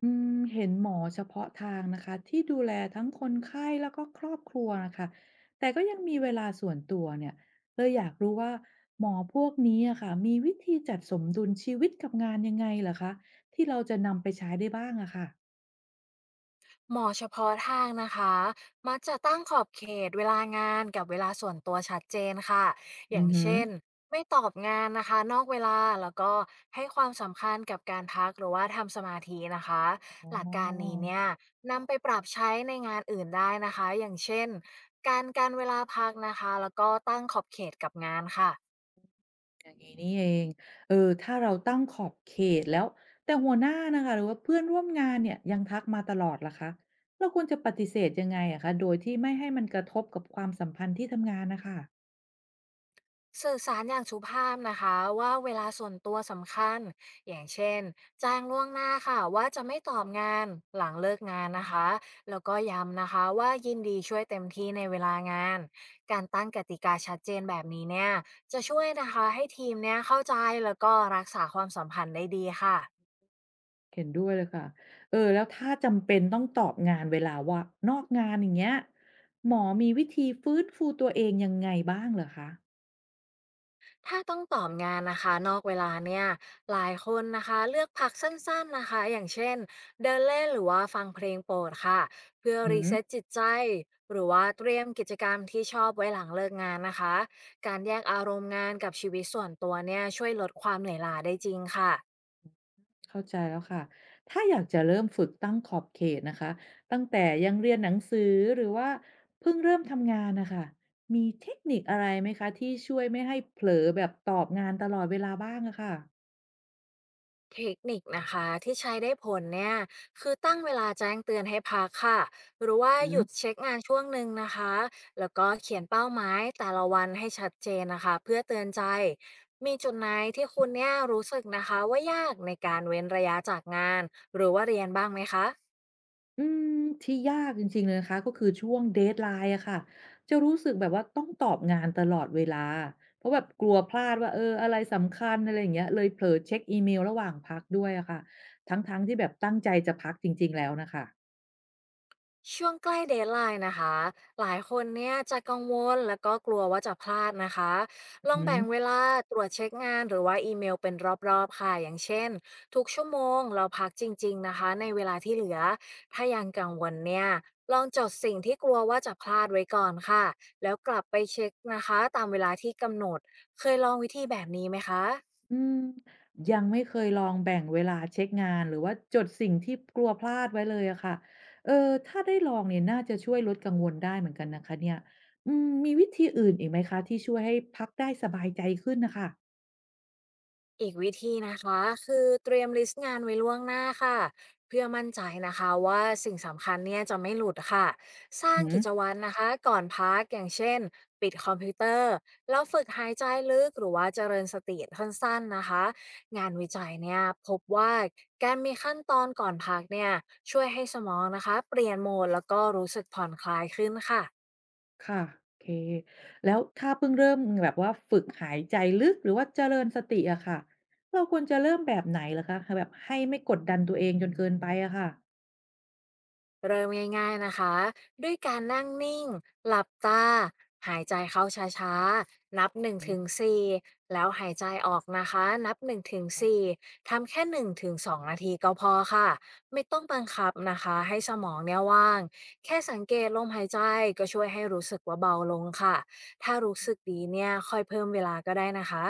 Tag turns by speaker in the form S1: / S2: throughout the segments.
S1: อืมเห็นหมอเฉพาะทางนะคะที่ดูแลทั้งคนไข้แล้วก็ครอบครัวนะคะแต่ก็ยังมีเวลาส่วนตัวเนี่ยเลยอยากรู้ว่าหมอพวกนี้อะค่ะมีวิธีจัดสมดุลชีวิตกับงานยังไงเหรอคะที่เราจะนำไปใช้ได้บ้างอะค่ะ
S2: หมอเฉพาะทางนะคะมักจะตั้งขอบเขตเวลางานกับเวลาส่วนตัวชัดเจนค่ะอ
S1: อื
S2: ย่า
S1: อ
S2: ง
S1: หือ
S2: เช่นไม่ตอบงานนะคะนอกเวลาแล้วก็ให้ความสำคัญกับการพักหรือว่าทำสมาธินะคะ
S1: อ๋
S2: หลักการนี้เนี่
S1: อ
S2: ยนำไปปรับใช้ในงานอื่นได้นะคะอย่างเช่นการเวลาพักนะคะแล้วก็ตั้งขอบเขตกับงานค่ะ
S1: อย่างนี้นี่เองเออถ้าเราตั้งขอบเขตแล้วแต่หัวหน้านะคะหรือว่าเพื่อนร่วมงานเนี่ยยังทักมาตลอดล่ะคะเราควรจะปฏิเสธยังไงอะคะโดยที่ไม่ให้มันกระทบกับความสัมพันธ์ที่ทำงานนะคะ
S2: สื่อสารอย่างสุภาพนะคะว่าเวลาส่วนตัวสำคัญอย่างเช่นแจ้งล่วงหน้าค่ะว่าจะไม่ตอบงานหลังเลิกงานนะคะแล้วก็ย้ำนะคะว่ายินดีช่วยเต็มที่ในเวลางานการตั้งกติกาชัดเจนแบบนี้เนี่ยจะช่วยนะคะให้ทีมเนี่ยเข้าใจแล้วก็รักษาความสัมพันธ์ได้ดีค่ะ
S1: เห็นด้วยเลยค่ะเออแล้วถ้าจำเป็นต้องตอบงานเวลาว่านอกงานอย่างเงี้ยหมอมีวิธีฟื้นฟูตัวเองยังไงบ้างเหรอคะ
S2: ถ้าต้องตอบงานนะคะนอกเวลาเนี่ยหลายคนนะคะเลือกพักสั้นๆนะคะอย่างเช่นเดินเล่นหรือว่าฟังเพลงโปรดค่ะเพื่อ
S1: อื
S2: รี
S1: ม
S2: เซ็ตจิตใจหรือว่าเตรียมกิจกรรมที่ชอบไว้หลังเลิกงานนะคะการแยกอารมณ์งานกับชีวิตส่วนตัวเนี่ยช่วยลดความเหนื่อยล้าได้จริงค่ะ
S1: เข้าใจแล้วค่ะ ถ้าอยากจะเริ่มฝึกตั้งขอบเขตนะคะ ตั้งแต่ยังเรียนหนังสือหรือว่าเพิ่งเริ่มทำงานนะคะ มีเทคนิคอะไรไหมคะที่ช่วยไม่ให้เผลอแบบตอบงานตลอดเวลาบ้างอะค่ะ
S2: เทคนิคนะคะที่ใช้ได้ผลเนี่ยคือตั้งเวลาแจ้งเตือนให้พักค่ะหรือว่า
S1: อื
S2: หยุด
S1: ม
S2: เช็คงานช่วงหนึ่งนะคะแล้วก็เขียนเป้าหมายแต่ละวันให้ชัดเจนนะคะเพื่อเตือนใจมีจุดไหนที่คุณเนี่ยรู้สึกนะคะว่ายากในการเว้นระยะจากงานหรือว่าเรียนบ้างไหมคะ
S1: อืมที่ยากจริงๆเลยนะคะก็คือช่วงเดดไลน์อะค่ะจะรู้สึกแบบว่าต้องตอบงานตลอดเวลาเพราะแบบกลัวพลาดว่าเอออะไรสำคัญอะไรอย่างเงี้ยเลยเผลอเช็คอีเมลระหว่างพักด้วยอะค่ะทั้งๆที่แบบตั้งใจจะพักจริงๆแล้วนะคะ
S2: ช่วงใกล้เดดไลน์นะคะหลายคนเนี่ยจะกังวลแล้วก็กลัวว่าจะพลาดนะคะล
S1: อื
S2: องแบ่งเว
S1: ม
S2: ลาตรวจเช็คงานหรือว่าอีเมลเป็นรอบๆค่ะอย่างเช่นทุกชั่วโมงเราพักจริงๆนะคะในเวลาที่เหลือถ้ายังกังวลเนี่ยลองจดสิ่งที่กลัวว่าจะพลาดไว้ก่อนค่ะแล้วกลับไปเช็คนะคะตามเวลาที่กำหนดเคยลองวิธีแบบนี้ไหมคะ
S1: อืมยังไม่เคยลองแบ่งเวลาเช็คงานหรือว่าจดสิ่งที่กลัวพลาดไว้เลยอะค่ะเออถ้าได้ลองเนี่ยน่าจะช่วยลดกังวลได้เหมือนกันนะคะเนี่ยอืมมีวิธีอื่นอีกไหมคะที่ช่วยให้พักได้สบายใจขึ้นนะคะ
S2: อีกวิธีนะคะคือเตรียมลิสต์งานไว้ล่วงหน้าค่ะเพื่อมั่นใจนะคะว่าสิ่งสำคัญเนี่ยจะไม่หลุดค่ะสร้า
S1: อื
S2: ง
S1: ม
S2: กิจวัตรนะคะก่อนพักอย่างเช่นปิดคอมพิวเตอร์แล้วฝึกหายใจลึกหรือว่าเจริญสติสั้นๆนะคะงานวิจัยเนี่ยพบว่าการมีขั้นตอนก่อนพักเนี่ยช่วยให้สมองนะคะเปลี่ยนโหมดแล้วก็รู้สึกผ่อนคลายขึ้นค่ะ
S1: ค่ะโอเคแล้วถ้าเพิ่งเริ่มแบบว่าฝึกหายใจลึกหรือว่าเจริญสติอะค่ะเราควรจะเริ่มแบบไหนลหคะแบบให้ไม่กดดันตัวเองจนเกินไปอะค่ะ
S2: เริ่มง่ายๆนะคะ ด้วยการนั่งนิ่ง หลับตาหายใจเข้าช้าๆ นับ1ถึง4แล้วหายใจออกนะคะ นับ1ถึง4ทำแค่1ถึง2นาทีก็พอค่ะ ไม่ต้องบังคับนะคะ ให้สมองเนี่ยว่าง แค่สังเกตลมหายใจก็ช่วยให้รู้สึกว่าเบาลงค่ะ ถ้ารู้สึกดีเนี่ยค่อยเพิ่มเวลาก็ได้นะคะ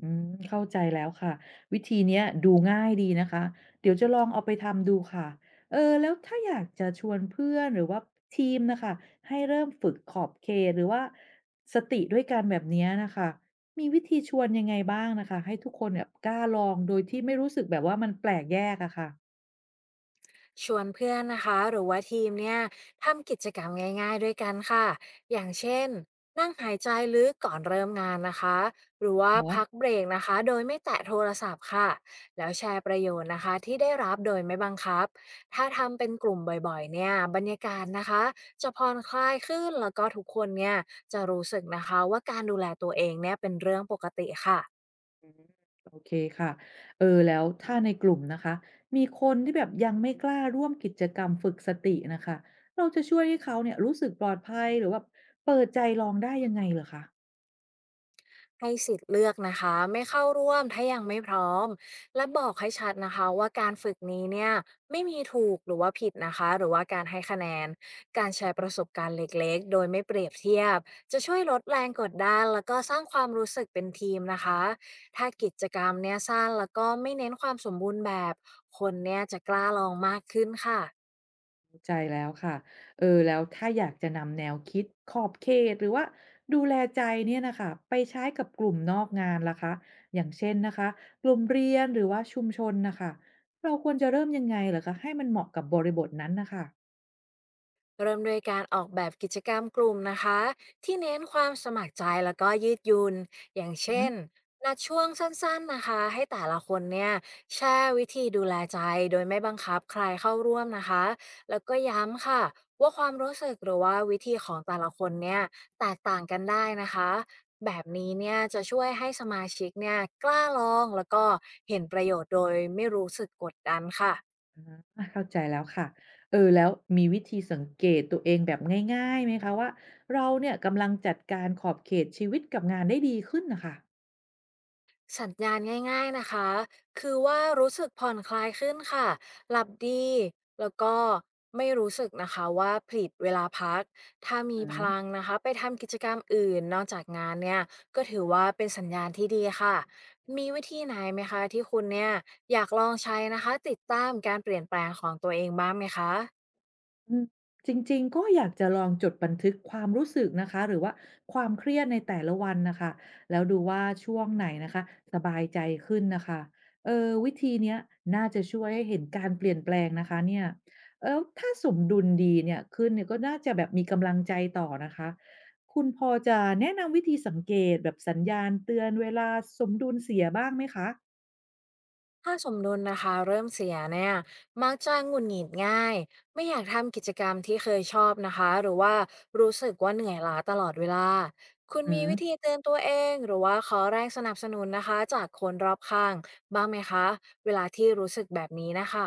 S1: อืมเข้าใจแล้วค่ะวิธีเนี้ยดูง่ายดีนะคะเดี๋ยวจะลองเอาไปทำดูค่ะเออแล้วถ้าอยากจะชวนเพื่อนหรือว่าทีมนะคะให้เริ่มฝึกขอบเขตหรือว่าสติด้วยกันแบบเนี้ยนะคะมีวิธีชวนยังไงบ้างนะคะให้ทุกคนเนี่ยกล้าลองโดยที่ไม่รู้สึกแบบว่ามันแปลกแยกอะค่ะ
S2: ชวนเพื่อนนะคะหรือว่าทีมเนี่ยทำกิจกรรมง่ายๆด้วยกันค่ะอย่างเช่นนั่งหายใจลึกก่อนเริ่มงานนะคะหรือว่าพักเบรกนะคะโดยไม่แตะโทรศัพท์ค่ะแล้วแชร์ประโยชน์นะคะที่ได้รับโดยไม่บังคับถ้าทำเป็นกลุ่มบ่อยๆเนี่ยบรรยากาศนะคะจะผ่อนคลายขึ้นแล้วก็ทุกคนเนี่ยจะรู้สึกนะคะว่าการดูแลตัวเองเนี่ยเป็นเรื่องปกติค่ะ
S1: อืมโอเคค่ะเออแล้วถ้าในกลุ่มนะคะมีคนที่แบบยังไม่กล้าร่วมกิจกรรมฝึกสตินะคะเราจะช่วยให้เขาเนี่ยรู้สึกปลอดภัยหรือว่าเปิดใจลองได้ยังไงเหรอคะ
S2: ให้สิทธิ์เลือกนะคะไม่เข้าร่วมถ้ายังไม่พร้อมและบอกให้ชัดนะคะว่าการฝึกนี้เนี่ยไม่มีถูกหรือว่าผิดนะคะหรือว่าการให้คะแนนการแชร์ประสบการณ์เล็กๆโดยไม่เปรียบเทียบจะช่วยลดแรงกดดันแล้วก็สร้างความรู้สึกเป็นทีมนะคะถ้ากิจกรรมเนี่ยสั้นแล้วก็ไม่เน้นความสมบูรณ์แบบคนเนี่ยจะกล้าลองมากขึ้นค่ะ
S1: เข้าใจแล้วค่ะเออแล้วถ้าอยากจะนำแนวคิดขอบเขตหรือว่าดูแลใจเนี่ยนะคะไปใช้กับกลุ่มนอกงานล่ะคะอย่างเช่นนะคะกลุ่มเรียนหรือว่าชุมชนนะคะเราควรจะเริ่มยังไงเหรอคะให้มันเหมาะกับบริบทนั้นนะคะ
S2: เริ่มด้วยการออกแบบกิจกรรมกลุ่มนะคะที่เน้นความสมัครใจแล้วก็ยืดหยุนอย่างเช่นนัดช่วงสั้นๆนะคะให้แต่ละคนเนี่ยแชร์วิธีดูแลใจโดยไม่บังคับใครเข้าร่วมนะคะแล้วก็ย้ำค่ะว่าความรู้สึกหรือว่าวิธีของแต่ละคนเนี่ยแตกต่างกันได้นะคะแบบนี้เนี่ยจะช่วยให้สมาชิกเนี่ยกล้าลองแล้วก็เห็นประโยชน์โดยไม่รู้สึกกดดันค่ะ
S1: อาเข้าใจแล้วค่ะเออแล้วมีวิธีสังเกตตัวเองแบบง่ายๆไหมคะว่าเราเนี่ยกำลังจัดการขอบเขตชีวิตกับงานได้ดีขึ้นน่ะค่ะ
S2: สัญญาณง่ายๆนะคะคือว่ารู้สึกผ่อนคลายขึ้นค่ะหลับดีแล้วก็ไม่รู้สึกนะคะว่าผลิดเวลาพักถ้ามี
S1: อื
S2: พ
S1: ม
S2: ลังนะคะไปทำกิจกรรมอื่นนอกจากงานเนี่ยก็ถือว่าเป็นสัญญาณที่ดีค่ะมีวิธีไหนไหมคะที่คุณเนี่ยอยากลองใช้นะคะติดตามการเปลี่ยนแปลงของตัวเองบ้างไหมคะ
S1: อืมจริงๆก็อยากจะลองจดบันทึกความรู้สึกนะคะหรือว่าความเครียดในแต่ละวันน่ะค่ะแล้วดูว่าช่วงไหนนะคะสบายใจขึ้นน่ะค่ะเออวิธีเนี้ยน่าจะช่วยให้เห็นการเปลี่ยนแปลงนะคะเนี่ยแล้วถ้าสมดุลดีเนี่ยขึ้นเนี่ยก็น่าจะแบบมีกำลังใจต่อนะคะคุณพอจะแนะนำวิธีสังเกตแบบสัญญาณเตือนเวลาสมดุลเสียบ้างไหมคะ
S2: ถ้าสมดุลนะคะเริ่มเสียเนี่ยมักจะหงุดหงิดง่ายไม่อยากทำกิจกรรมที่เคยชอบนะคะหรือว่ารู้สึกว่าเหนื่อยล้าตลอดเวลาคุณ
S1: อื
S2: มี
S1: ม
S2: วิธีเตือนตัวเองหรือว่าขอแรงสนับสนุนนะคะจากคนรอบข้างบ้างไหมคะเวลาที่รู้สึกแบบนี้นะคะ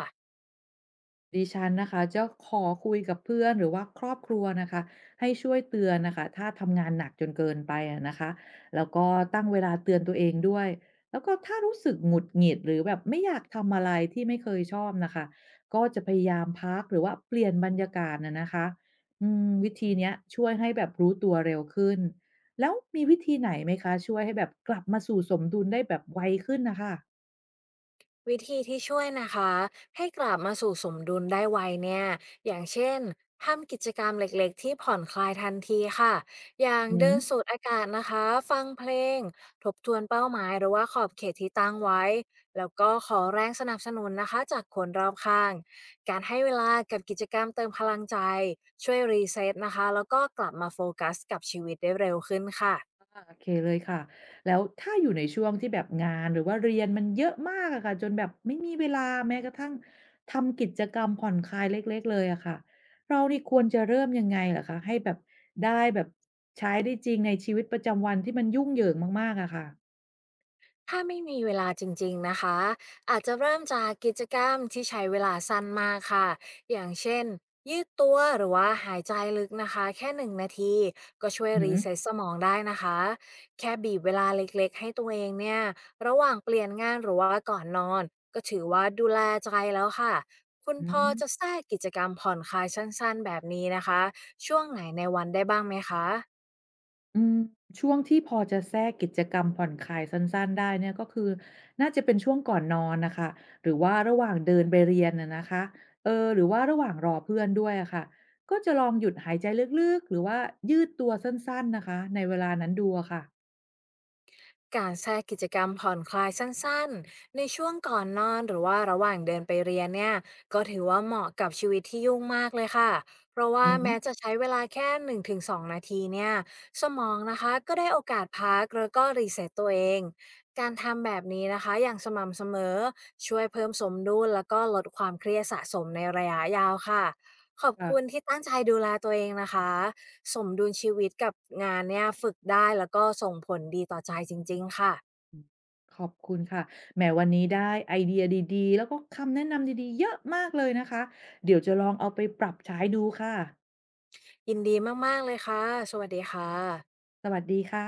S1: ดิฉันนะคะจะขอคุยกับเพื่อนหรือว่าครอบครัวนะคะให้ช่วยเตือนน่ะคะถ้าทำงานหนักจนเกินไปอะนะคะแล้วก็ตั้งเวลาเตือนตัวเองด้วยแล้วก็ถ้ารู้สึกหงุดหงิดหรือแบบไม่อยากทำอะไรที่ไม่เคยชอบนะคะก็จะพยายามพักหรือว่าเปลี่ยนบรรยากาศนะคะอืมวิธีเนี้ยช่วยให้แบบรู้ตัวเร็วขึ้นแล้วมีวิธีไหนไหมคะช่วยให้แบบกลับมาสู่สมดุลได้แบบไวขึ้นนะคะ
S2: วิธีที่ช่วยนะคะให้กลับมาสู่สมดุลได้ไวเนี่ยอย่างเช่นทำกิจกรรมเล็กๆที่ผ่อนคลายทันทีค่ะอย่าง
S1: อื
S2: เดิ
S1: ม
S2: นสูดอากาศนะคะฟังเพลงทบทวนเป้าหมายหรือว่าขอบเขตที่ตั้งไว้แล้วก็ขอแรงสนับสนุนนะคะจากคนรอบข้างการให้เวลากับกิจกรรมเติมพลังใจช่วยรีเซ็ตนะคะแล้วก็กลับมาโฟกัสกับชีวิตได้เร็วขึ้นค่ะ
S1: อาโอเคเลยค่ะ แล้วถ้าอยู่ในช่วงที่แบบงานหรือว่าเรียนมันเยอะมากอะค่ะจนแบบไม่มีเวลาแม้กระทั่งทำกิจกรรมผ่อนคลายเล็กๆเลยอะค่ะเรานี่ควรจะเริ่มยังไงเหรอคะให้แบบได้แบบใช้ได้จริงในชีวิตประจำวันที่มันยุ่งเหยิงมากๆอะค่ะ
S2: ถ้าไม่มีเวลาจริงๆนะคะอาจจะเริ่มจากกิจกรรมที่ใช้เวลาสั้นมากค่ะอย่างเช่นยืดตัวหรือว่าหายใจลึกนะคะแค่1 นาทีก็ช่วย
S1: อือฮึ
S2: รีเซ็ตสมองได้นะคะแค่บีบเวลาเล็กๆให้ตัวเองเนี่ยระหว่างเปลี่ยนงานหรือว่าก่อนนอนก็ถือว่าดูแลใจแล้วค่ะคุณ
S1: อื
S2: พอจะ
S1: ม
S2: แทรกกิจกรรมผ่อนคลายสั้นๆแบบนี้นะคะช่วงไหนในวันได้บ้างไหมคะ
S1: อืมช่วงที่พอจะแทรกกิจกรรมผ่อนคลายสั้นๆได้เนี่ยก็คือน่าจะเป็นช่วงก่อนนอนน่ะค่ะหรือว่าระหว่างเดินไปเรียนอะนะคะเออหรือว่าระหว่างรอเพื่อนด้วยอะค่ะก็จะลองหยุดหายใจลึกๆหรือว่ายืดตัวสั้นๆนะคะในเวลานั้นดูอะค่ะ
S2: การแทรกกิจกรรมผ่อนคลายสั้นๆ ในช่วงก่อนนอนหรือว่าระหว่างเดินไปเรียนเนี่ยก็ถือว่าเหมาะกับชีวิตที่ยุ่งมากเลยค่ะเพราะว่า
S1: อือฮึ
S2: แม้จะใช้เวลาแค่1-2นงถึง2 นาทีเนี่ยสมองนะคะก็ได้โอกาสพักแล้วก็รีเซ็ตตัวเองการทำแบบนี้นะคะอย่างสม่ำเสมอช่วยเพิ่มสมดุลแล้วก็ลดความเครียดสะสมในระยะยาวค่ะขอบ
S1: ค่ะ
S2: คุณที่ตั้งใจดูแลตัวเองนะคะ สมดุลชีวิตกับงานเนี่ยฝึกได้แล้วก็ส่งผลดีต่อใจจริงๆค่ะ
S1: อืมขอบคุณค่ะแหมวันนี้ได้ไอเดียดีๆแล้วก็คำแนะนำดีๆเยอะมากเลยนะคะเดี๋ยวจะลองเอาไปปรับใช้ดูค่ะ
S2: ยินดีมากๆเลยค่ะสวัสดีค่ะ
S1: สวัสดีค่ะ